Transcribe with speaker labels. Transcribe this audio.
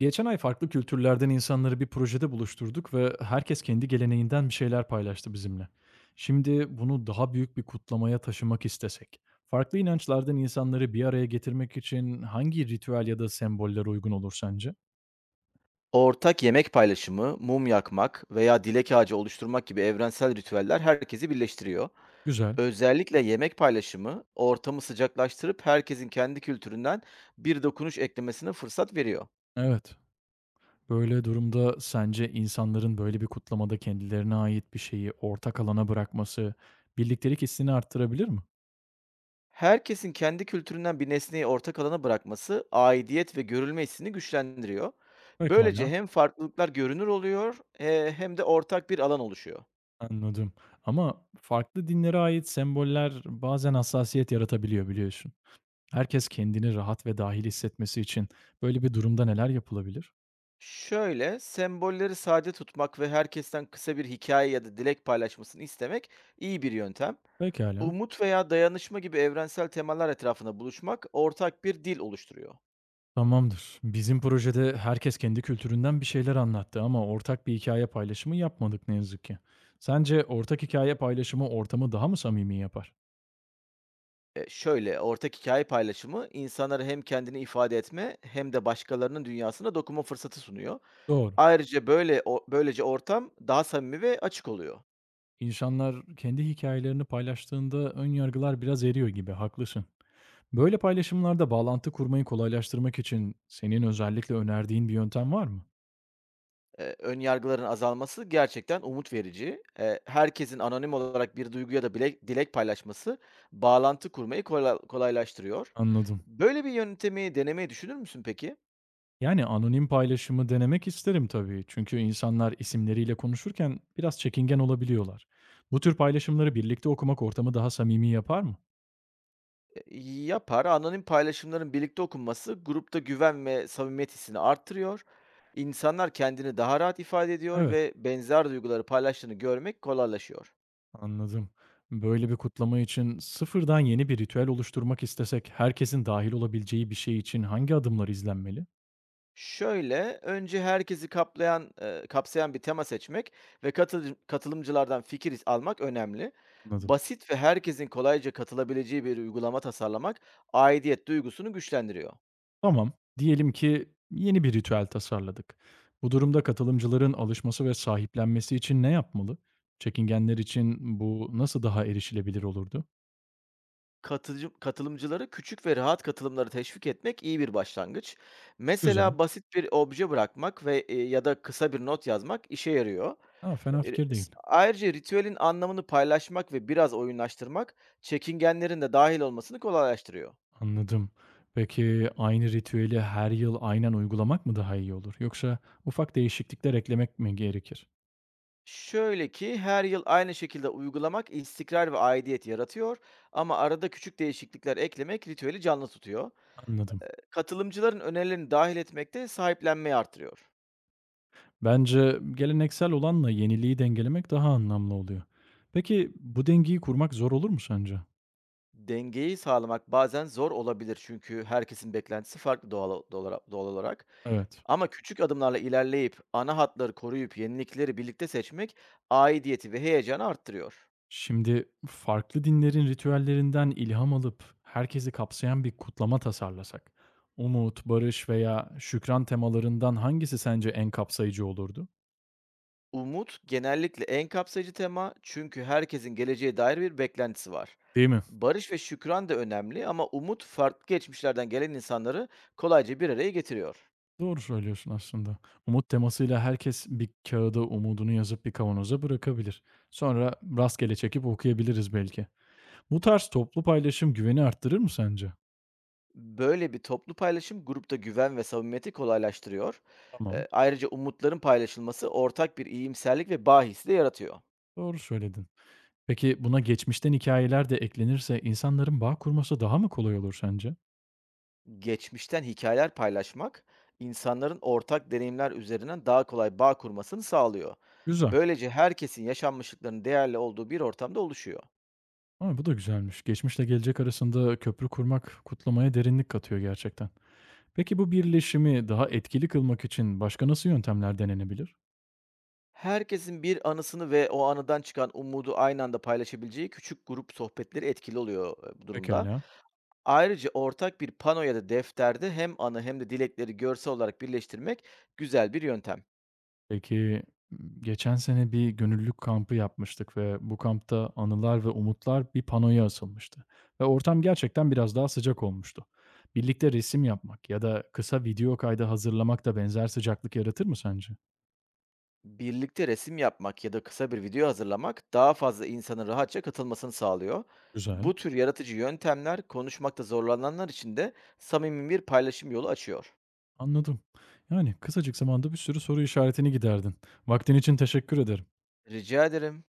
Speaker 1: Geçen ay farklı kültürlerden insanları bir projede buluşturduk ve herkes kendi geleneğinden bir şeyler paylaştı bizimle. Şimdi bunu daha büyük bir kutlamaya taşımak istesek, farklı inançlardan insanları bir araya getirmek için hangi ritüel ya da semboller uygun olur sence?
Speaker 2: Ortak yemek paylaşımı, mum yakmak veya dilek ağacı oluşturmak gibi evrensel ritüeller herkesi birleştiriyor.
Speaker 1: Güzel.
Speaker 2: Özellikle yemek paylaşımı ortamı sıcaklaştırıp herkesin kendi kültüründen bir dokunuş eklemesine fırsat veriyor.
Speaker 1: Evet. Böyle durumda sence insanların böyle bir kutlamada kendilerine ait bir şeyi ortak alana bırakması birliktelik hissini arttırabilir mi?
Speaker 2: Herkesin kendi kültüründen bir nesneyi ortak alana bırakması aidiyet ve görülme hissini güçlendiriyor. Böylece
Speaker 1: Pekala.
Speaker 2: hem farklılıklar görünür oluyor, hem de ortak bir alan oluşuyor.
Speaker 1: Anladım. Ama farklı dinlere ait semboller bazen hassasiyet yaratabiliyor biliyorsun. Herkes kendini rahat ve dahil hissetmesi için böyle bir durumda neler yapılabilir?
Speaker 2: Şöyle, sembolleri sade tutmak ve herkesten kısa bir hikaye ya da dilek paylaşmasını istemek iyi bir yöntem.
Speaker 1: Pekala.
Speaker 2: Umut veya dayanışma gibi evrensel temalar etrafında buluşmak ortak bir dil oluşturuyor.
Speaker 1: Tamamdır. Bizim projede herkes kendi kültüründen bir şeyler anlattı ama ortak bir hikaye paylaşımı yapmadık ne yazık ki. Sence ortak hikaye paylaşımı ortamı daha mı samimi yapar?
Speaker 2: Şöyle, ortak hikaye paylaşımı insanlara hem kendini ifade etme hem de başkalarının dünyasına dokunma fırsatı sunuyor.
Speaker 1: Doğru.
Speaker 2: Ayrıca böylece ortam daha samimi ve açık oluyor.
Speaker 1: İnsanlar kendi hikayelerini paylaştığında ön yargılar biraz eriyor gibi, haklısın. Böyle paylaşımlarda bağlantı kurmayı kolaylaştırmak için senin özellikle önerdiğin bir yöntem var mı?
Speaker 2: Ön yargıların azalması gerçekten umut verici. Herkesin anonim olarak bir duygu ya da dilek paylaşması bağlantı kurmayı kolaylaştırıyor.
Speaker 1: Anladım.
Speaker 2: Böyle bir yöntemi denemeyi düşünür müsün peki?
Speaker 1: Yani anonim paylaşımı denemek isterim tabii. Çünkü insanlar isimleriyle konuşurken biraz çekingen olabiliyorlar. Bu tür paylaşımları birlikte okumak ortamı daha samimi yapar mı?
Speaker 2: E, Yapar. Anonim paylaşımların birlikte okunması grupta güven ve samimiyet hissini arttırıyor. İnsanlar kendini daha rahat ifade ediyor
Speaker 1: Evet,
Speaker 2: ve benzer duyguları paylaştığını görmek kolaylaşıyor.
Speaker 1: anladım. Böyle bir kutlama için sıfırdan yeni bir ritüel oluşturmak istesek herkesin dahil olabileceği bir şey için hangi adımlar izlenmeli?
Speaker 2: Şöyle, önce herkesi kapsayan bir tema seçmek ve katılımcılardan fikir almak önemli.
Speaker 1: Anladım.
Speaker 2: Basit ve herkesin kolayca katılabileceği bir uygulama tasarlamak aidiyet duygusunu güçlendiriyor.
Speaker 1: Tamam, diyelim ki yeni bir ritüel tasarladık. Bu durumda katılımcıların alışması ve sahiplenmesi için ne yapmalı? Çekingenler için bu nasıl daha erişilebilir olurdu?
Speaker 2: Katılımcıları küçük ve rahat katılımları teşvik etmek iyi bir başlangıç.
Speaker 1: Güzel.
Speaker 2: Mesela basit bir obje bırakmak ve ya da kısa bir not yazmak işe yarıyor.
Speaker 1: Ha, fena fikir
Speaker 2: S
Speaker 1: değil.
Speaker 2: Ayrıca ritüelin anlamını paylaşmak ve biraz oyunlaştırmak çekingenlerin de dahil olmasını kolaylaştırıyor.
Speaker 1: Anladım. Peki aynı ritüeli her yıl aynen uygulamak mı daha iyi olur? Yoksa ufak değişiklikler eklemek mi gerekir?
Speaker 2: Şöyle ki her yıl aynı şekilde uygulamak istikrar ve aidiyet yaratıyor ama arada küçük değişiklikler eklemek ritüeli canlı tutuyor.
Speaker 1: Anladım.
Speaker 2: Katılımcıların önerilerini dahil etmek de sahiplenmeyi artırıyor.
Speaker 1: Bence geleneksel olanla yeniliği dengelemek daha anlamlı oluyor. Peki bu dengeyi kurmak zor olur mu sence?
Speaker 2: Dengeyi sağlamak bazen zor olabilir çünkü herkesin beklentisi farklı doğal olarak.
Speaker 1: Evet.
Speaker 2: Ama küçük adımlarla ilerleyip ana hatları koruyup yenilikleri birlikte seçmek aidiyeti ve heyecanı arttırıyor.
Speaker 1: Şimdi farklı dinlerin ritüellerinden ilham alıp herkesi kapsayan bir kutlama tasarlasak, umut, barış veya şükran temalarından hangisi sence en kapsayıcı olurdu?
Speaker 2: Umut genellikle en kapsayıcı tema çünkü herkesin geleceğe dair bir beklentisi var.
Speaker 1: Değil mi?
Speaker 2: Barış ve şükran da önemli ama umut farklı geçmişlerden gelen insanları kolayca bir araya getiriyor.
Speaker 1: Doğru söylüyorsun aslında. Umut temasıyla herkes bir kağıda umudunu yazıp bir kavanoza bırakabilir. Sonra rastgele çekip okuyabiliriz belki. Bu tarz toplu paylaşım güveni arttırır mı sence?
Speaker 2: Böyle bir toplu paylaşım grupta güven ve samimiyeti kolaylaştırıyor.
Speaker 1: Tamam.
Speaker 2: Ayrıca umutların paylaşılması ortak bir iyimserlik ve bağ hissi de yaratıyor.
Speaker 1: Doğru söyledin. Peki buna geçmişten hikayeler de eklenirse insanların bağ kurması daha mı kolay olur sence?
Speaker 2: Geçmişten hikayeler paylaşmak insanların ortak deneyimler üzerinden daha kolay bağ kurmasını sağlıyor.
Speaker 1: Güzel.
Speaker 2: Böylece herkesin yaşanmışlıklarının değerli olduğu bir ortamda oluşuyor.
Speaker 1: Ama bu da güzelmiş. Geçmişle gelecek arasında köprü kurmak kutlamaya derinlik katıyor gerçekten. Peki bu birleşimi daha etkili kılmak için başka nasıl yöntemler denenebilir?
Speaker 2: Herkesin bir anısını ve o anıdan çıkan umudu aynı anda paylaşabileceği küçük grup sohbetleri etkili oluyor bu durumda.
Speaker 1: Pekala.
Speaker 2: Ayrıca ortak bir pano ya da defterde hem anı hem de dilekleri görsel olarak birleştirmek güzel bir yöntem.
Speaker 1: Peki geçen sene bir gönüllülük kampı yapmıştık ve bu kampta anılar ve umutlar bir panoya asılmıştı. Ve ortam gerçekten biraz daha sıcak olmuştu. Birlikte resim yapmak ya da kısa video kaydı hazırlamak da benzer sıcaklık yaratır mı sence?
Speaker 2: Birlikte resim yapmak ya da kısa bir video hazırlamak daha fazla insanın rahatça katılmasını sağlıyor.
Speaker 1: Güzel.
Speaker 2: Bu tür yaratıcı yöntemler konuşmakta zorlananlar için de samimi bir paylaşım yolu açıyor.
Speaker 1: Anladım. Yani kısacık zamanda bir sürü soru işaretini giderdin. Vaktin için teşekkür ederim.
Speaker 2: Rica ederim.